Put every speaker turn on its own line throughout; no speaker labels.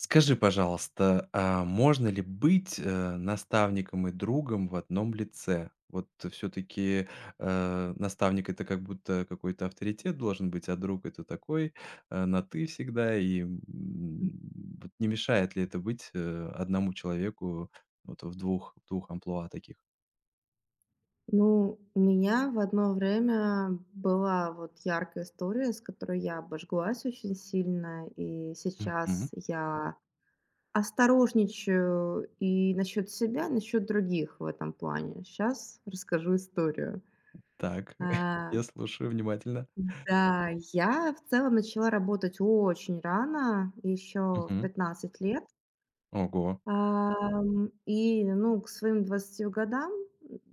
Скажи, пожалуйста, а можно ли быть, наставником и другом в одном лице? Вот все таки наставник — это как будто какой-то авторитет должен быть, а друг — это такой, на "ты" всегда. Вот не мешает ли это быть, одному человеку вот в двух амплуа таких?
Ну, у меня в одно время была вот яркая история, с которой я обожглась очень сильно, и
Мгм.
сейчас я осторожничаю и насчет себя, и насчет других в этом плане. Сейчас расскажу историю.
Так,
А,
я слушаю внимательно.
да, я в целом начала работать очень рано, еще в
Мгм.
15 лет.
Ого,
И, ну, к своим 20 годам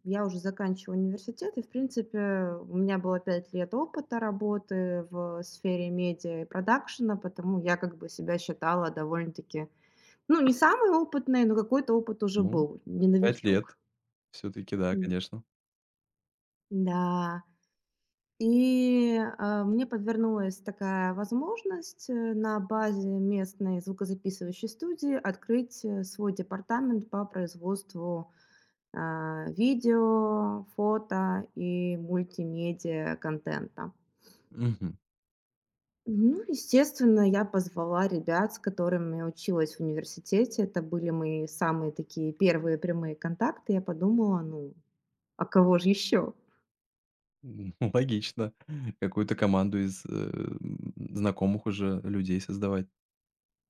я уже заканчиваю университет, и, в принципе, у меня было 5 лет опыта работы в сфере медиа и продакшена, потому я как бы себя считала довольно-таки, ну, не самой опытной, но какой-то опыт уже
ну,
был, не
5 лет.
новичок.
Все таки да,
М,
конечно.
да. И, мне подвернулась такая возможность, на базе местной звукозаписывающей студии открыть, свой департамент по производству видео, фото и мультимедиа контента.
Мгм.
Ну, естественно, я позвала ребят, с которыми я училась в университете. Это были мои самые такие первые прямые контакты. Я подумала, ну, а кого же еще?
М, логично. Какую-то команду из знакомых уже людей создавать.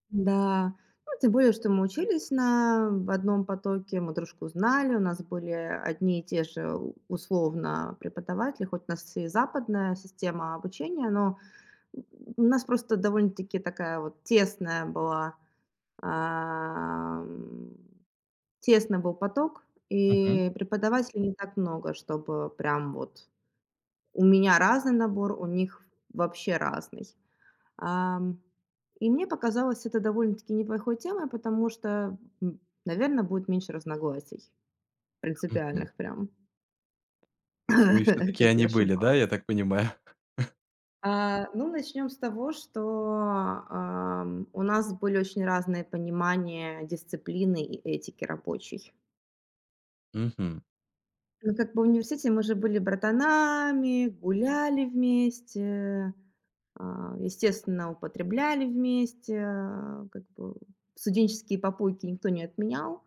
Да, ну, тем более, что мы учились на в одном потоке, мы дружку знали, у нас были одни и те же условно преподаватели, хоть у нас и западная система обучения, но у нас просто довольно-таки такая вот тесная была, ам, тесный был поток,
Мгм.
и преподавателей не так много, чтобы прям вот у меня разный набор, у них вообще разный. Ам, и мне показалось это довольно-таки неплохой темой, потому что, наверное, будет меньше разногласий
Мгм.
принципиальных прям,
Ну и все-таки
как я
они были, да, я
ошибалась.
так понимаю?
Ну, начнем с того, что, у нас были очень разные понимания дисциплины и этики рабочей.
Мгм.
Ну, как бы в университете мы же были братанами, гуляли вместе, а, естественно, употребляли вместе, а, как бы студенческие попойки никто не отменял.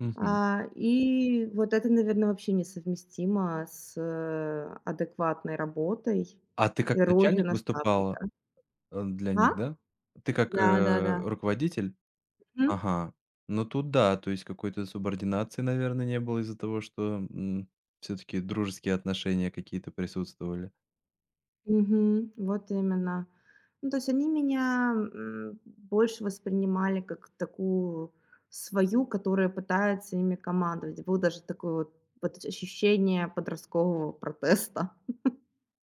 Мгм.
И вот это, наверное, вообще несовместимо с, адекватной работой
А ты как
и ролью
начальник выступала
наставника.
для
А?
них, да? Ты как
Да-да-да.
руководитель?
Мгм.
Ага. Ну тут да, то есть какой-то субординации, наверное, не было из-за того, что все-таки дружеские отношения какие-то присутствовали.
Мгм. Вот именно. Ну, то есть они меня, больше воспринимали как такую свою, которая пытается ими командовать. Было даже такое вот ощущение подросткового протеста.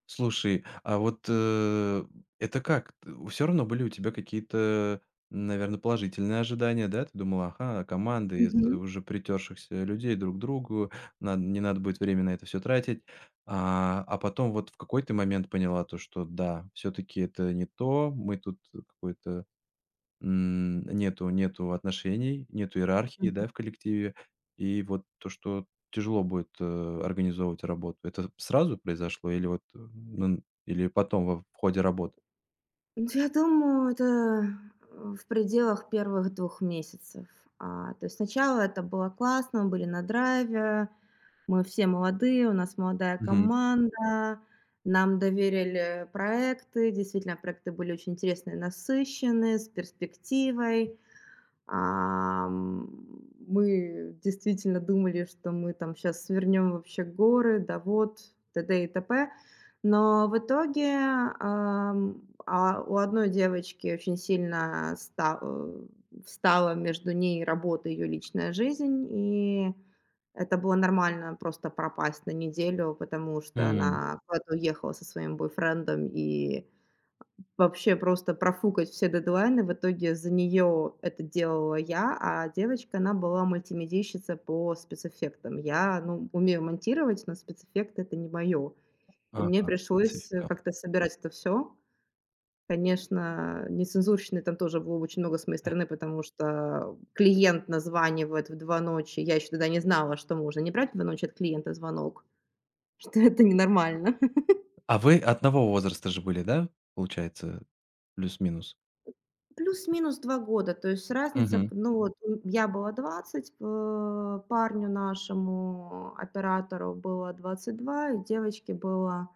Слушай, а вот, это как? Все равно были у тебя какие-то, наверное, положительные ожидания, да? Ты думала: "Ага, команда из
Мгм.
уже притершихся людей друг к другу, над не надо будет время на это все тратить". А потом вот в какой то момент поняла то, что да, все таки это не то, мы тут какой-то. М, нету отношений, нету иерархии,
Мгм.
да, в коллективе. И вот то, что тяжело будет, организовывать работу, это сразу произошло или вот, ну, или потом во в ходе работы?
Ну, я думаю, это, в пределах первых двух месяцев. То есть сначала это было классно, мы были на драйве, мы все молодые, у нас молодая
Мгм.
команда, нам доверили проекты. Действительно, проекты были очень интересные, насыщенные, с перспективой. Ам, мы действительно думали, что мы там сейчас свернем вообще горы, да вот, т.д. и т.п. Но в итоге, у одной девочки очень сильно встала между ней и работой её личная жизнь, и это было нормально просто пропасть на неделю, потому что
М,
она куда-то уехала со своим бойфрендом, и вообще просто профукать все дедлайны. В итоге за нее это делала я, а девочка, она была мультимедийщица по спецэффектам. Я, ну, умею монтировать, но спецэффекты- это не моё. И мне
ага,
пришлось,
специфика.
как-то собирать это все. Конечно, нецензурщины там тоже было очень много с моей стороны, потому что клиент названивает в 2 ночи. Я еще тогда не знала, что можно не брать в 2 ночи от клиента звонок, что это ненормально.
А вы одного возраста же были, да, получается, плюс-минус?
Плюс-минус 2 года, то есть разница,
Мгм,
ну вот, я была 20, парню нашему, оператору было 22, и девочке было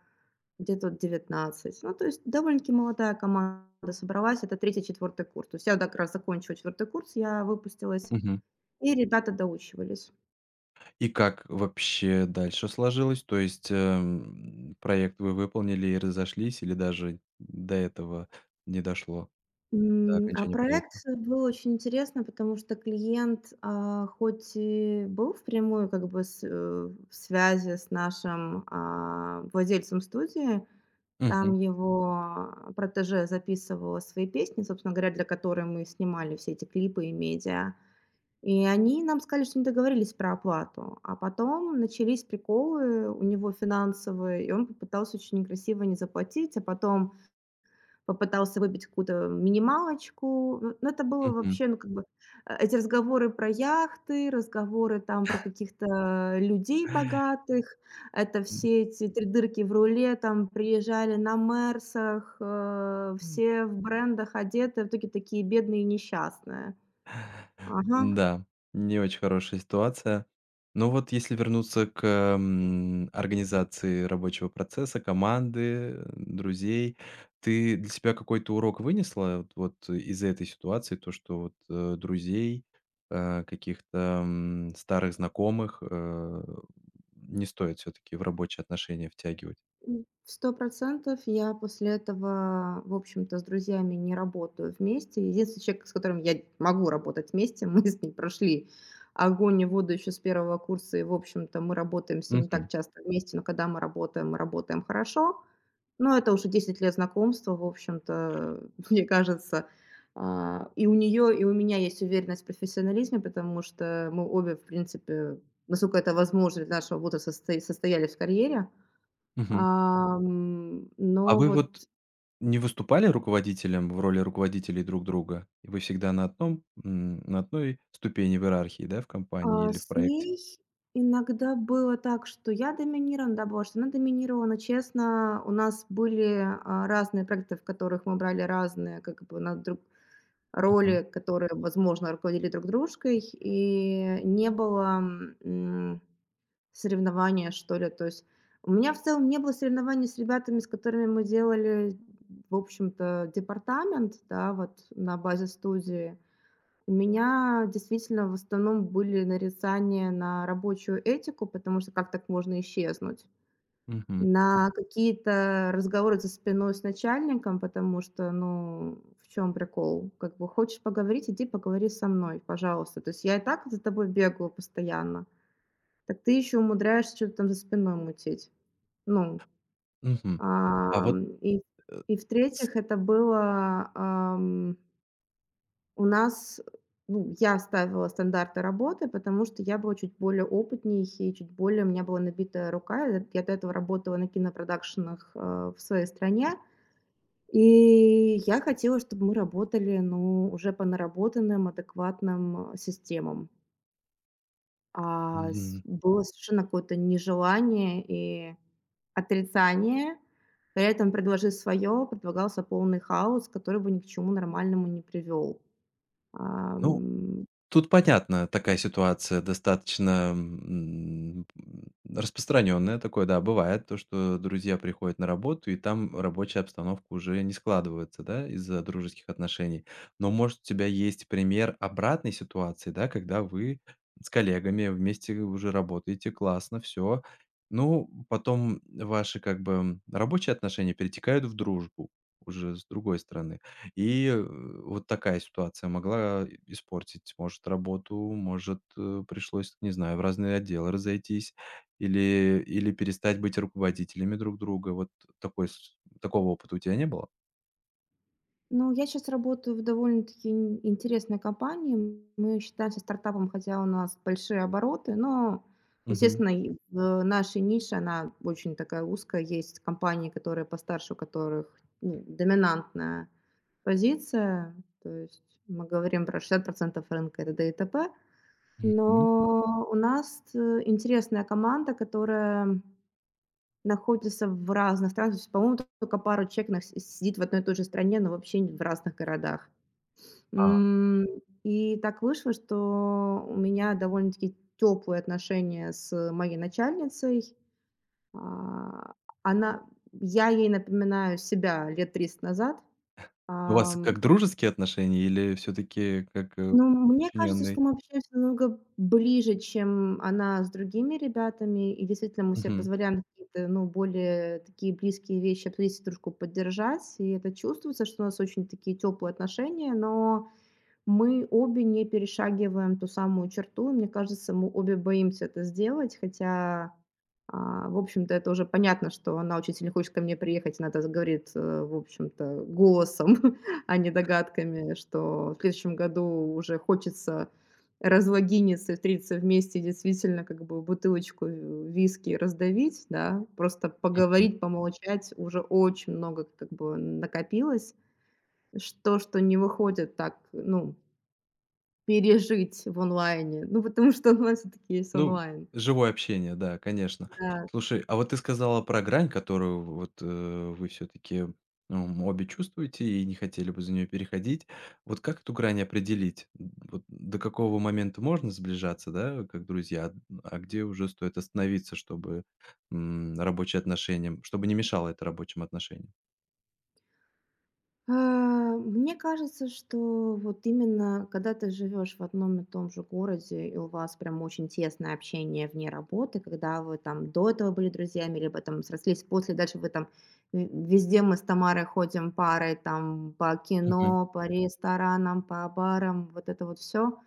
где-то вот 19. Ну, то есть довольно-таки молодая команда собралась, это третий-четвертый курс. То есть я вот как раз закончила четвертый курс, я выпустилась.
мгм.
И ребята доучивались.
И как вообще дальше сложилось? То есть, проект вы выполнили и разошлись или даже до этого не дошло, до
А
окончания
проект
проекта?
был очень интересно, потому что клиент, хоть и был впрямую как бы в связи с нашим, владельцем студии, там
Мгм,
его протеже записывала свои песни, собственно говоря, для которой мы снимали все эти клипы и медиа. И они нам сказали, что не договорились про оплату. А потом начались приколы у него финансовые, и он попытался очень некрасиво не заплатить, а потом попытался выбить какую-то минималочку. Ну, это было вообще, ну, как бы, эти разговоры про яхты, разговоры там про каких-то людей богатых. Это все эти 3 дырки в руле, там приезжали на "Мерсах",
мгм.
все в брендах одеты, в итоге такие бедные и несчастные. Ага.
М, да, не очень хорошая ситуация. Но вот если вернуться к, организации рабочего процесса, команды, друзей, ты для себя какой-то урок вынесла вот из этой ситуации? То, что вот, друзей, э, каких-то, старых знакомых, не стоит все таки в рабочие отношения втягивать?
Сто процентов. Я после этого, в общем-то, с друзьями не работаю вместе. Единственный человек, с которым я могу работать вместе, мы с ней прошли огонь и воду еще с первого курса, и, в общем-то, мы работаем с ней не так
Мгм,
часто вместе, но когда мы работаем хорошо. Но это уже 10 лет знакомства, в общем-то, мне кажется, и у нее, и у меня есть уверенность в профессионализме, потому что мы обе, в принципе, насколько это возможно для нашего возраста, состоялись в карьере.
мгм.
Ам,
А
но
вы
вот,
вот не выступали руководителем в роли руководителей друг друга? И вы всегда на одном, на одной ступени в иерархии, да, в компании или в
с
проекте?
ней иногда было так, что я доминирована, да, была, что она доминирована, честно, у нас были, разные проекты, в которых мы брали разные, как бы, на друг
Мгм.
роли, которые, возможно, руководили друг дружкой, и не было, м, соревнования, что ли. То есть у меня в целом не было соревнований с ребятами, с которыми мы делали, в общем-то, департамент, да, вот на базе студии. У меня действительно в основном были нарицания на рабочую этику, потому что как так можно исчезнуть?
Мгм,
На какие-то разговоры за спиной с начальником, потому что, ну, в чем прикол? Как бы хочешь поговорить, иди поговори со мной, пожалуйста. То есть я и так за тобой бегаю постоянно, так ты еще умудряешься что-то там за спиной мутить. Ну,
мгм. А вот,
ам, и, и в-третьих, это было, у нас, ну, я ставила стандарты работы, потому что я была чуть более опытней и чуть более у меня была набитая рука. Я до этого работала на кинопродакшенах, в своей стране, и я хотела, чтобы мы работали, ну, уже по наработанным, адекватным, системам. А с
мгм,
было совершенно какое-то нежелание и отрицание. При этом "предложи свое" предлагался полный хаос, который бы ни к чему нормальному не привел.
ну Тут понятно, такая ситуация достаточно, распространенная. Такое, да, бывает, то, что друзья приходят на работу, и там рабочая обстановка уже не складывается, да, из-за дружеских отношений. Но, может, у тебя есть пример обратной ситуации, да, когда вы с коллегами вместе уже работаете, классно, все. Ну, потом ваши, как бы, рабочие отношения перетекают в дружбу уже с другой стороны. И, вот такая ситуация могла испортить, может, работу, может, пришлось, не знаю, в разные отделы разойтись или перестать быть руководителями друг друга. Вот такой с такого опыта у тебя не было?
Ну, я сейчас работаю в довольно-таки ин интересной компании. Мы считаемся стартапом, хотя у нас большие обороты, но,
Мгм.
естественно, и в нашей нише, она очень такая узкая. Есть компании, которые постарше, у которых, ну, доминантная позиция. То есть мы говорим про 60 рынка это т.д. и т.п.
Мгм.
Но у нас, интересная команда, которая находятся в разных странах. То есть, по-моему, только пару человек на сидит в одной и той же стране, но вообще в разных городах.
А,
М, и так вышло, что у меня довольно-таки теплые отношения с моей начальницей. А, она я ей напоминаю себя лет 30 назад.
у вас как
Ам,
дружеские отношения или все таки как,
Ну, мне кажется,
подчиненный?
что мы общаемся намного ближе, чем она с другими ребятами, и действительно мы себе позволяем какие-то, ну, более такие близкие вещи обсудить, друг поддержать, и это чувствуется, что у нас очень такие теплые отношения, но мы обе не перешагиваем ту самую черту. И мне кажется, мы обе боимся это сделать, хотя, в общем-то, это уже понятно, что она очень сильно хочет ко мне приехать. Она это говорит, в общем-то, голосом, а не догадками, что в следующем году уже хочется разлогиниться, и встретиться вместе, и действительно, как бы бутылочку в виски раздавить, да. Просто поговорить, помолчать уже очень много как бы накопилось. Что не выходит так, ну, пережить в онлайне. Ну, потому что онлайн всё-таки есть
Ну,
онлайн.
живое общение, да, конечно.
Да.
Слушай, а вот ты сказала про грань, которую вот, вы все таки обе чувствуете и не хотели бы за нее переходить. Вот как эту грань определить? М, вот до какого момента можно сближаться, да, как друзья, а где уже стоит остановиться, чтобы, рабочие отношения, чтобы не мешало это рабочим отношениям?
А, мне кажется, что вот именно когда ты живешь в одном и том же городе, и у вас прям очень тесное общение вне работы, когда вы там до этого были друзьями, либо там срослись после, дальше вы там в везде мы с Тамарой ходим парой там по
Мгм.
кино, по ресторанам, по барам, вот это вот все.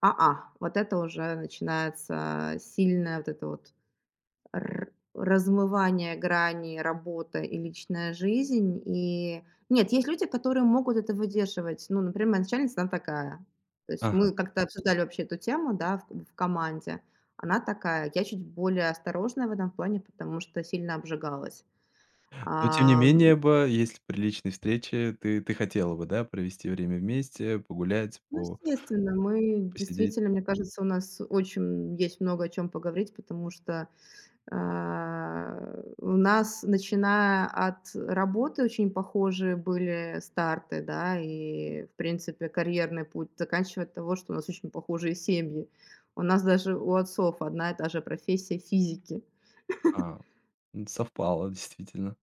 Вот это уже начинается сильное вот это вот р размывание грани работа и личная жизнь. И нет, есть люди, которые могут это выдерживать. Ну, например, моя начальница, она такая. То есть
Ага.
мы как-то обсуждали вообще эту тему, да, в команде. Она такая. Я чуть более осторожная в этом плане, потому что сильно обжигалась.
Но тем не
Ам,
менее бы, если при личной встрече ты хотела бы, да, провести время вместе, погулять,
ну,
по
естественно, мы
посидеть?
действительно, мне кажется, у нас очень есть много о чем поговорить, потому что А, у нас, начиная от работы, очень похожие были старты, да, и, в принципе, карьерный путь, заканчивая от того, что у нас очень похожие семьи. У нас даже у отцов одна и та же профессия физики.
А. М, совпало, действительно.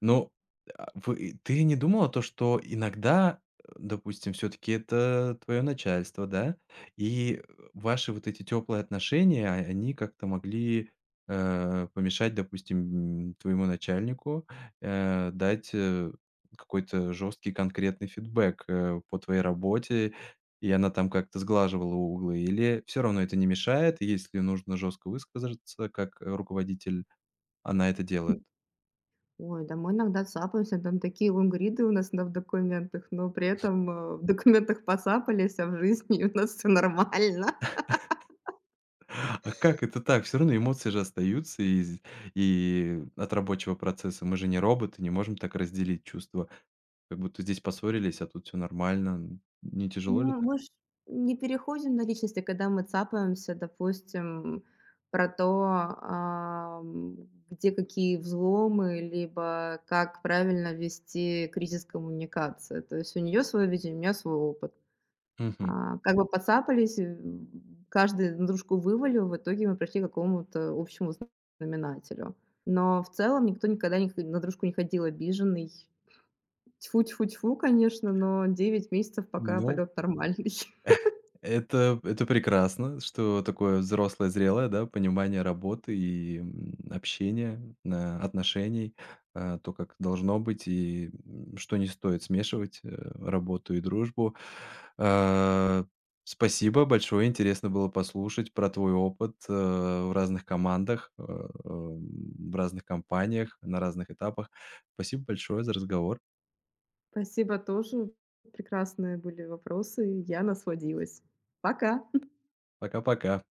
Но, а, вы ты не думала то, что иногда, допустим, все таки это твое начальство, да, и, ваши вот эти теплые отношения, а они как-то могли, помешать, допустим, твоему начальнику, дать, какой-то жесткий конкретный фидбэк, по твоей работе, и она там как-то сглаживала углы? Или все равно это не мешает, и если нужно жестко высказаться как, руководитель, она это делает?
Ой, да мы иногда цапаемся, там такие лонгриды у нас на в документах, но при этом, в документах поцапались, а в жизни у нас все нормально.
А как это так? Все равно эмоции же остаются из и от рабочего процесса. Мы же не роботы, не можем так разделить чувства. Как будто здесь поссорились, а тут все нормально. Не тяжело ли
Ну,
так?
мы ж не переходим на личности, когда мы цапаемся, допустим, про то, где какие взломы, либо как правильно вести кризис коммуникации. То есть у нее свое видение, у меня свой опыт.
Мгм.
Как бы подцапались, каждый на дружку вывалил, в итоге мы пришли к какому-то общему знаменателю. Но в целом никто никогда не на дружку не ходил обиженный. Тьфу-тьфу-тьфу, конечно, но 9 месяцев пока
Ну,
полет нормальный.
это прекрасно, что такое взрослое, зрелое, да, понимание работы и, общения, отношений, то, как должно быть и, что не стоит смешивать, работу и дружбу. А, спасибо большое, интересно было послушать про твой опыт, в разных командах, в разных компаниях, на разных этапах. Спасибо большое за разговор.
Спасибо тоже. Прекрасные были вопросы. Я насладилась. Пока!
Пока-пока.